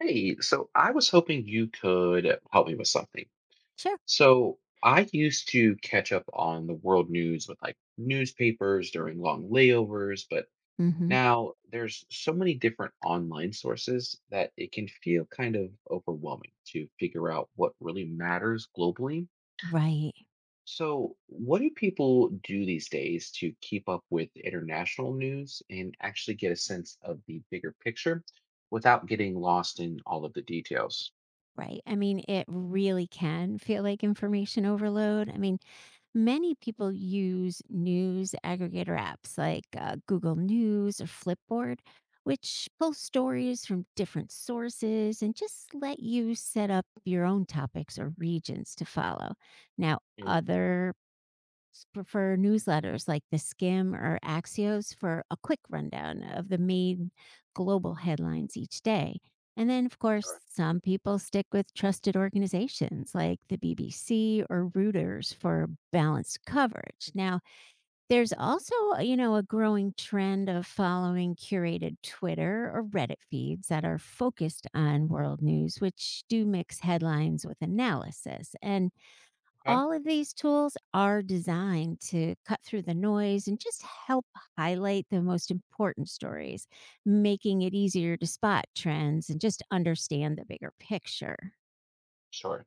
Hey, so I was hoping you could help me with something. Sure. So I used to catch up on the world news with like newspapers during long layovers, but Mhm. now there's so many different online sources that it can feel kind of overwhelming to figure out what really matters globally. Right. So, what do people do these days to keep up with international news and actually get a sense of the bigger picture without getting lost in all of the details? Right. I mean, it really can feel like information overload. I mean, many people use news aggregator apps like Google News or Flipboard, which pull stories from different sources and just let you set up your own topics or regions to follow. Now, prefer newsletters like The Skim or Axios for a quick rundown of the main global headlines each day. And then, of Sure. course, some people stick with trusted organizations like the BBC or Reuters for balanced coverage. Now, there's also, a growing trend of following curated Twitter or Reddit feeds that are focused on world news, which do mix headlines with analysis. And Okay. all of these tools are designed to cut through the noise and just help highlight the most important stories, making it easier to spot trends and just understand the bigger picture. Sure.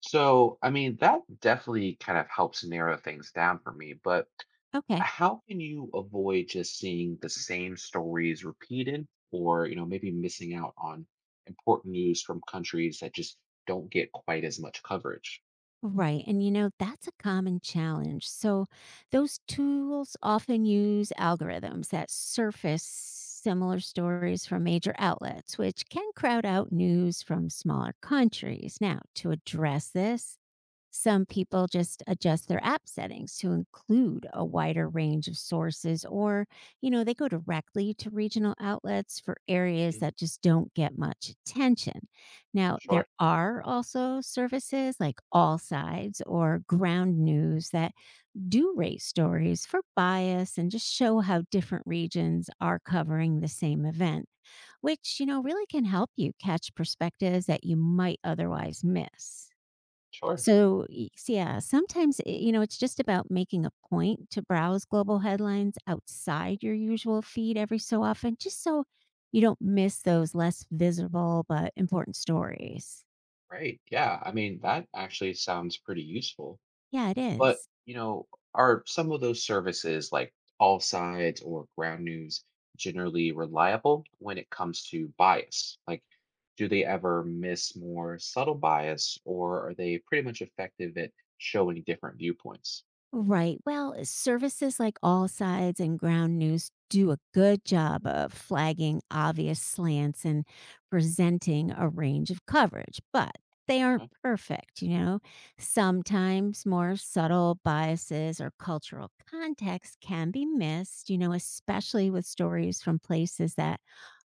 So, I mean, that definitely kind of helps narrow things down for me, but Okay. how can you avoid just seeing the same stories repeated or, you know, maybe missing out on important news from countries that just don't get quite as much coverage? Right. And that's a common challenge. So, those tools often use algorithms that surface similar stories from major outlets, which can crowd out news from smaller countries. Now, to address this, some people just adjust their app settings to include a wider range of sources, or, they go directly to regional outlets for areas Mm, that just don't get much attention. Now, there Sure. are also services like All Sides or Ground News that do rate stories for bias and just show how different regions are covering the same event, which, really can help you catch perspectives that you might otherwise miss. Sure. So, y s yeah, sometimes, it's just about making a point to browse global headlines outside your usual feed every so often, just so you don't miss those less visible but important stories. Right. Yeah. I mean, that actually sounds pretty useful. Yeah, it But, is. you know, are some of those services like All Sides or Ground News generally reliable when it comes to bias? Like, do they ever miss more subtle bias or are they pretty much effective at showing different viewpoints? Right. Well, services like All Sides and Ground News do a good job of flagging obvious slants and presenting a range of coverage, but they aren't Okay, perfect. Sometimes more subtle biases or cultural context can be missed, especially with stories from places that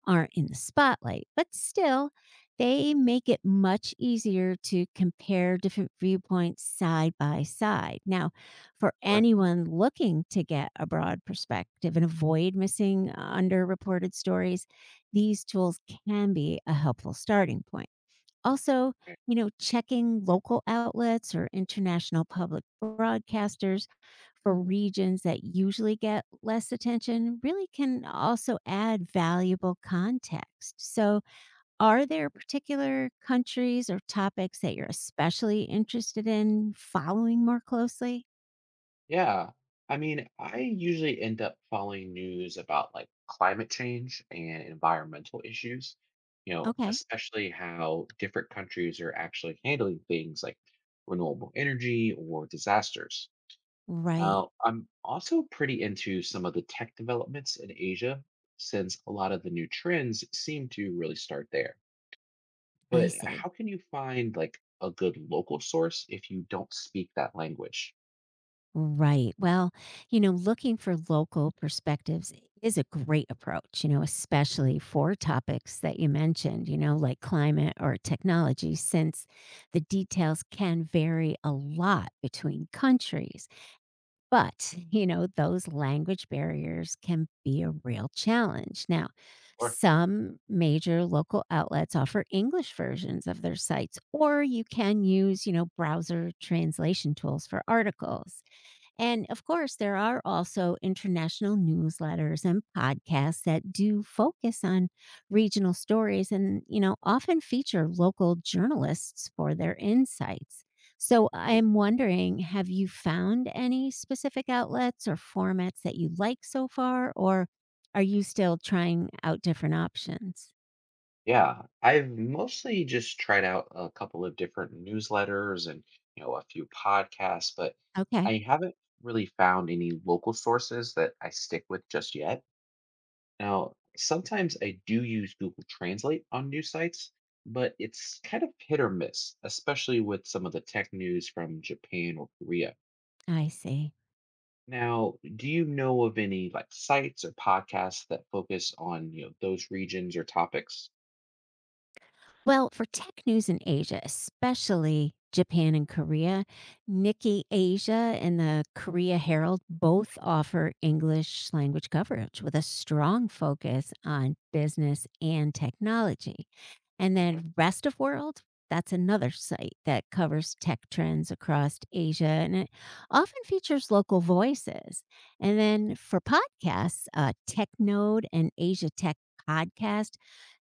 aren't in the spotlight. But still, they make it much easier to compare different viewpoints side by side. Now, for sorry. anyone looking to get a broad perspective and avoid missing underreported stories, these tools can be a helpful starting point. Also, checking local outlets or international public broadcasters for regions that usually get less attention really can also add valuable context. So, are there particular countries or topics that you're especially interested in following more closely? Yeah. I mean, I usually end up following news about like climate change and environmental issues, you know, Okay. especially how different countries are actually handling things like renewable energy or disasters. Right. Now, I'm also pretty into some of the tech developments in Asia since a lot of the new trends seem to really start there. I But how see. can you find like a good local source if you don't speak that language? Right. Well, looking for local perspectives is a great approach, Mm, especially for topics that you mentioned, like climate or technology, since the details can vary a lot between countries. But, those language barriers can be a real challenge. Now, Sure. some major local outlets offer English versions of their sites, or you can use, browser translation tools for articles. And of course, there are also international newsletters and podcasts that do focus on regional stories and, often feature local journalists for their insights. So I'm wondering, have you found any specific outlets or formats that you like so far, or are you still trying out different options? Yeah, I've mostly just tried out a couple of different newsletters and, you know, a few podcasts, but Okay, I haven't really found any local sources that I stick with just yet. Now, sometimes I do use Google Translate on news sites, but it's kind of hit or miss, especially with some of the tech news from Japan or Korea. I see. Now, do you know of any like sites or podcasts that focus on, you know, those regions or topics? Well, for tech news in Asia, especially Japan and Korea, Nikkei Asia and the Korea Herald both offer English language coverage with a strong focus on business and technology. And Mhm. then Rest of World, that's another site that covers tech trends across Asia and it often features local voices. And then for podcasts, TechNode and Asia Tech Podcast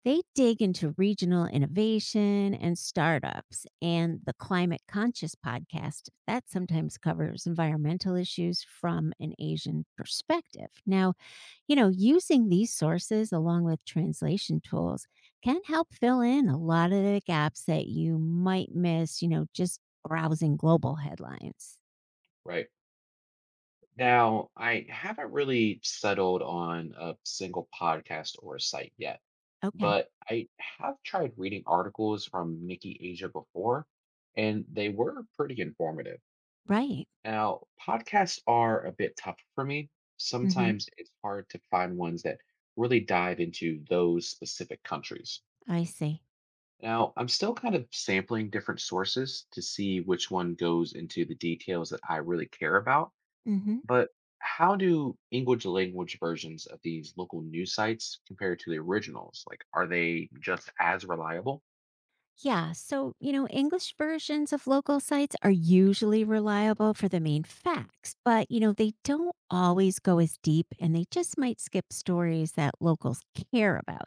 they dig into regional innovation and startups, and the Climate Conscious podcast that sometimes covers environmental issues from an Asian perspective. Now, using these sources along with translation tools can help fill in a lot of the gaps that you might miss, just browsing global headlines. Right. Now, I haven't really settled on a single podcast or a site yet, Okay, but I have tried reading articles from Nikki Asia before, and they were pretty informative. right. Now, podcasts are a bit tough for me. Hmm. Sometimes it's hard to find ones that really dive into those specific countries. I see. Now, I'm still kind of sampling different sources to see which one goes into the details that I really care about, Hmm. but how do English language versions of these local news sites compare to the originals? Like, are they just as reliable? Yeah, so, English versions of local sites are usually reliable for the main facts, but, they don't always go as deep and they just might skip stories that locals care about.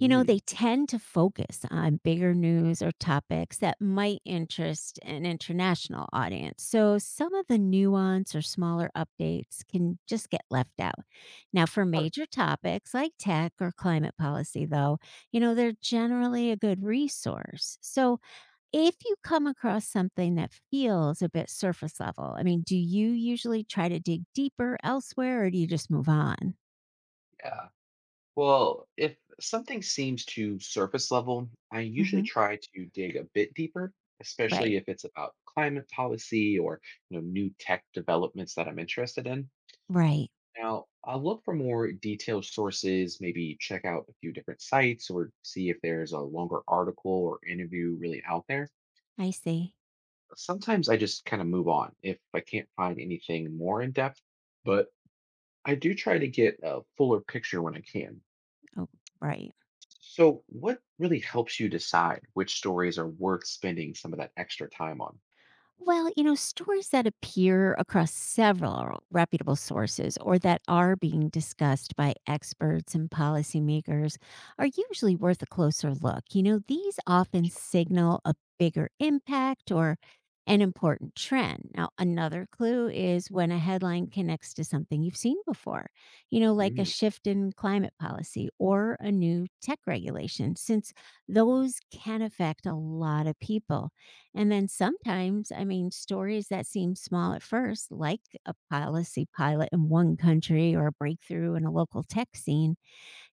You know, they tend to focus on bigger news or topics that might interest an international audience. So some of the nuance or smaller updates can just get left out. Now, for sure. major topics like tech or climate policy, though, they're generally a good resource. So if you come across something that feels a bit surface level, I mean, do you usually try to dig deeper elsewhere or do you just move on? Yeah. Well, if something seems to surface level, I usually Hmm. try to dig a bit deeper, Right. especially if it's about climate policy or you know new tech developments that I'm interested in. Right. Now, I'll look for more detailed sources, maybe check out a few different sites or see if there's a longer article or interview really out there. I see. Sometimes I just kind of move on if I can't find anything more in depth, but I do try to get a fuller picture when I can. Oh, right. So, what really helps you decide which stories are worth spending some of that extra time on? Well, stories that appear across several reputable sources or that are being discussed by experts and policymakers are usually worth a closer look. You know, these often signal a bigger impact or an important trend. Now, another clue is when a headline connects to something you've seen before, like a Mm, shift in climate policy or a new tech regulation, since those can affect a lot of people. And then sometimes, I mean, stories that seem small at first, like a policy pilot in one country or a breakthrough in a local tech scene,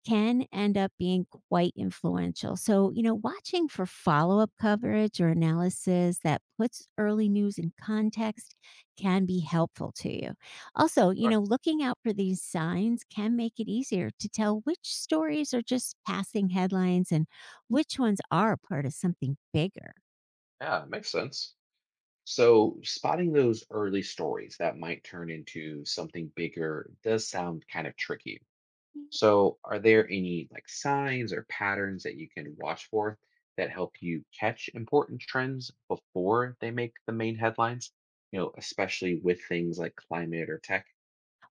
can end up being quite influential. So, watching for follow up coverage or analysis that puts early news in context can be helpful to you. Also, sure. Looking out for these signs can make it easier to tell which stories are just passing headlines and which ones are part of something bigger. Yeah, makes sense. So, spotting those early stories that might turn into something bigger does sound kind of tricky. So, are there any like signs or patterns that you can watch for that help you catch important trends before they make the main headlines? You know, especially with things like climate or tech.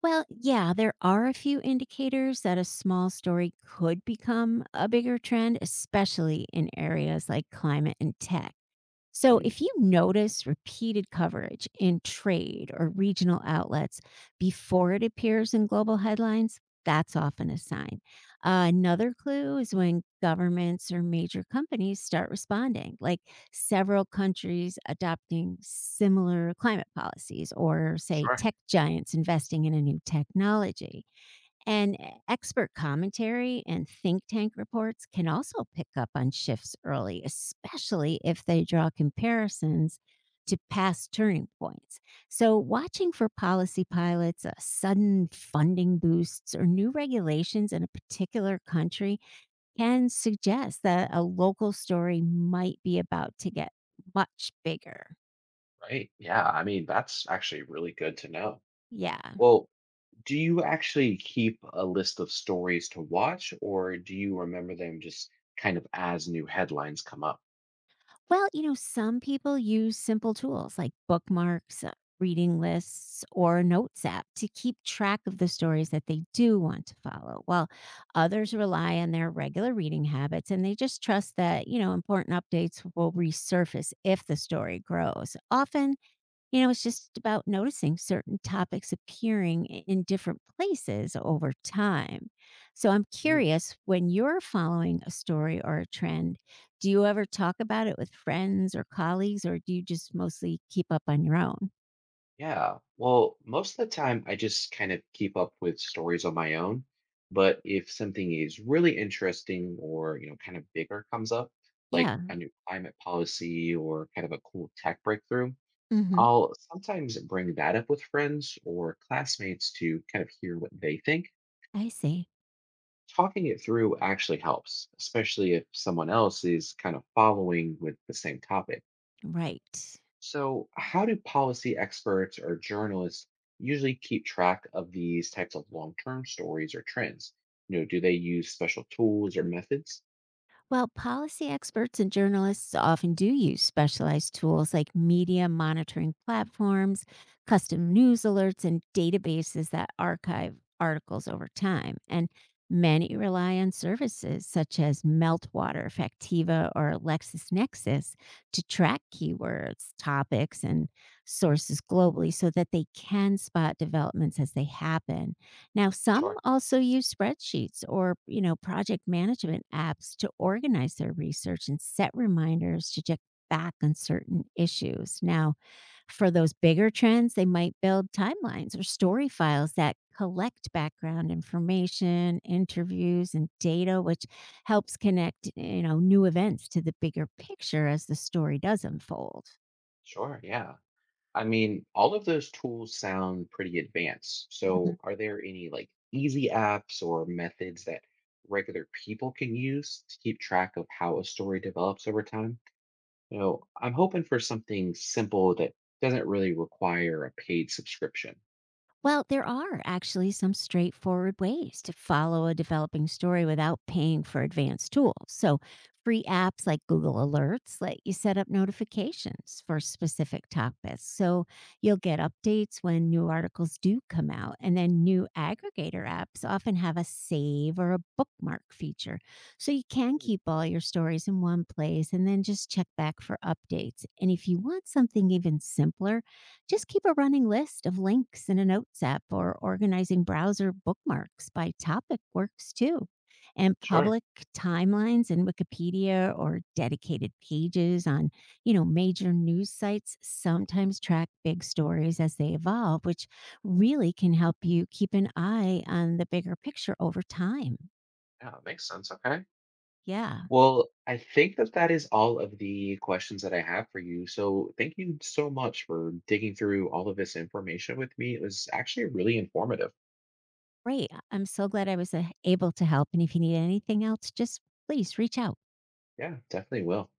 Well, yeah, there are a few indicators that a small story could become a bigger trend, especially in areas like climate and tech. So, Mm, if you notice repeated coverage in trade or regional outlets before it appears in global headlines, that's often a sign. Another clue is when governments or major companies start responding, like several countries adopting similar climate policies, or say sure. tech giants investing in a new technology. And expert commentary and think tank reports can also pick up on shifts early, especially if they draw comparisons to past turning points. So, watching for policy pilots, sudden funding boosts, or new regulations in a particular country can suggest that a local story might be about to get much bigger. Right. Yeah. I mean, that's actually really good to know. Yeah. Well, do you actually keep a list of stories to watch, or do you remember them just kind of as new headlines come up? Well, some people use simple tools like bookmarks, reading lists, or a notes app to keep track of the stories that they do want to follow, while others rely on their regular reading habits and they just trust that, important updates will resurface if the story grows. Often, it's just about noticing certain topics appearing in different places over time. So I'm curious when you're following a story or a trend, do you ever talk about it with friends or colleagues, or do you just mostly keep up on your own? Yeah. Well, most of the time I just kind of keep up with stories on my own. But if something is really interesting or, you know, kind of bigger comes up, like Yeah. a new climate policy or kind of a cool tech breakthrough, Hmm. I'll sometimes bring that up with friends or classmates to kind of hear what they think. I see. Talking it through actually helps, especially if someone else is kind of following with the same topic. Right. So, how do policy experts or journalists usually keep track of these types of long-term stories or trends? You know, do they use special tools or methods? Well, policy experts and journalists often do use specialized tools like media monitoring platforms, custom news alerts, and databases that archive articles over time. And many rely on services such as Meltwater, Factiva, or LexisNexis to track keywords, topics, and sources globally so that they can spot developments as they happen. Now, some Sure, also use spreadsheets or, project management apps to organize their research and set reminders to check back on certain issues. Now, for those bigger trends, they might build timelines or story files that collect background information, interviews, and data, which helps connect, new events to the bigger picture as the story does unfold. sure, yeah. I mean, all of those tools sound pretty advanced. So, are there any like easy apps or methods that regular people can use to keep track of how a story develops over time? You know, I'm hoping for something simple that doesn't really require a paid subscription. Well, there are actually some straightforward ways to follow a developing story without paying for advanced tools. So, free apps like Google Alerts let you set up notifications for specific topics. So, you'll get updates when new articles do come out. And then, new aggregator apps often have a save or a bookmark feature. So, you can Mm, keep all your stories in one place and then just check back for updates. And if you want something even simpler, just keep a running list of links in a notes app or organizing browser bookmarks by topic works too. And Sure. public timelines in Wikipedia or dedicated pages on, major news sites sometimes track big stories as they evolve, which really can help you keep an eye on the bigger picture over time. Yeah, it makes sense. Okay. Yeah, Well, I think that that is all of the questions that I have for you. So thank you so much for digging through all of this information with me. It was actually really informative. great. I'm so glad I was able to help. And if you need anything else, just please reach out. Yeah, definitely will.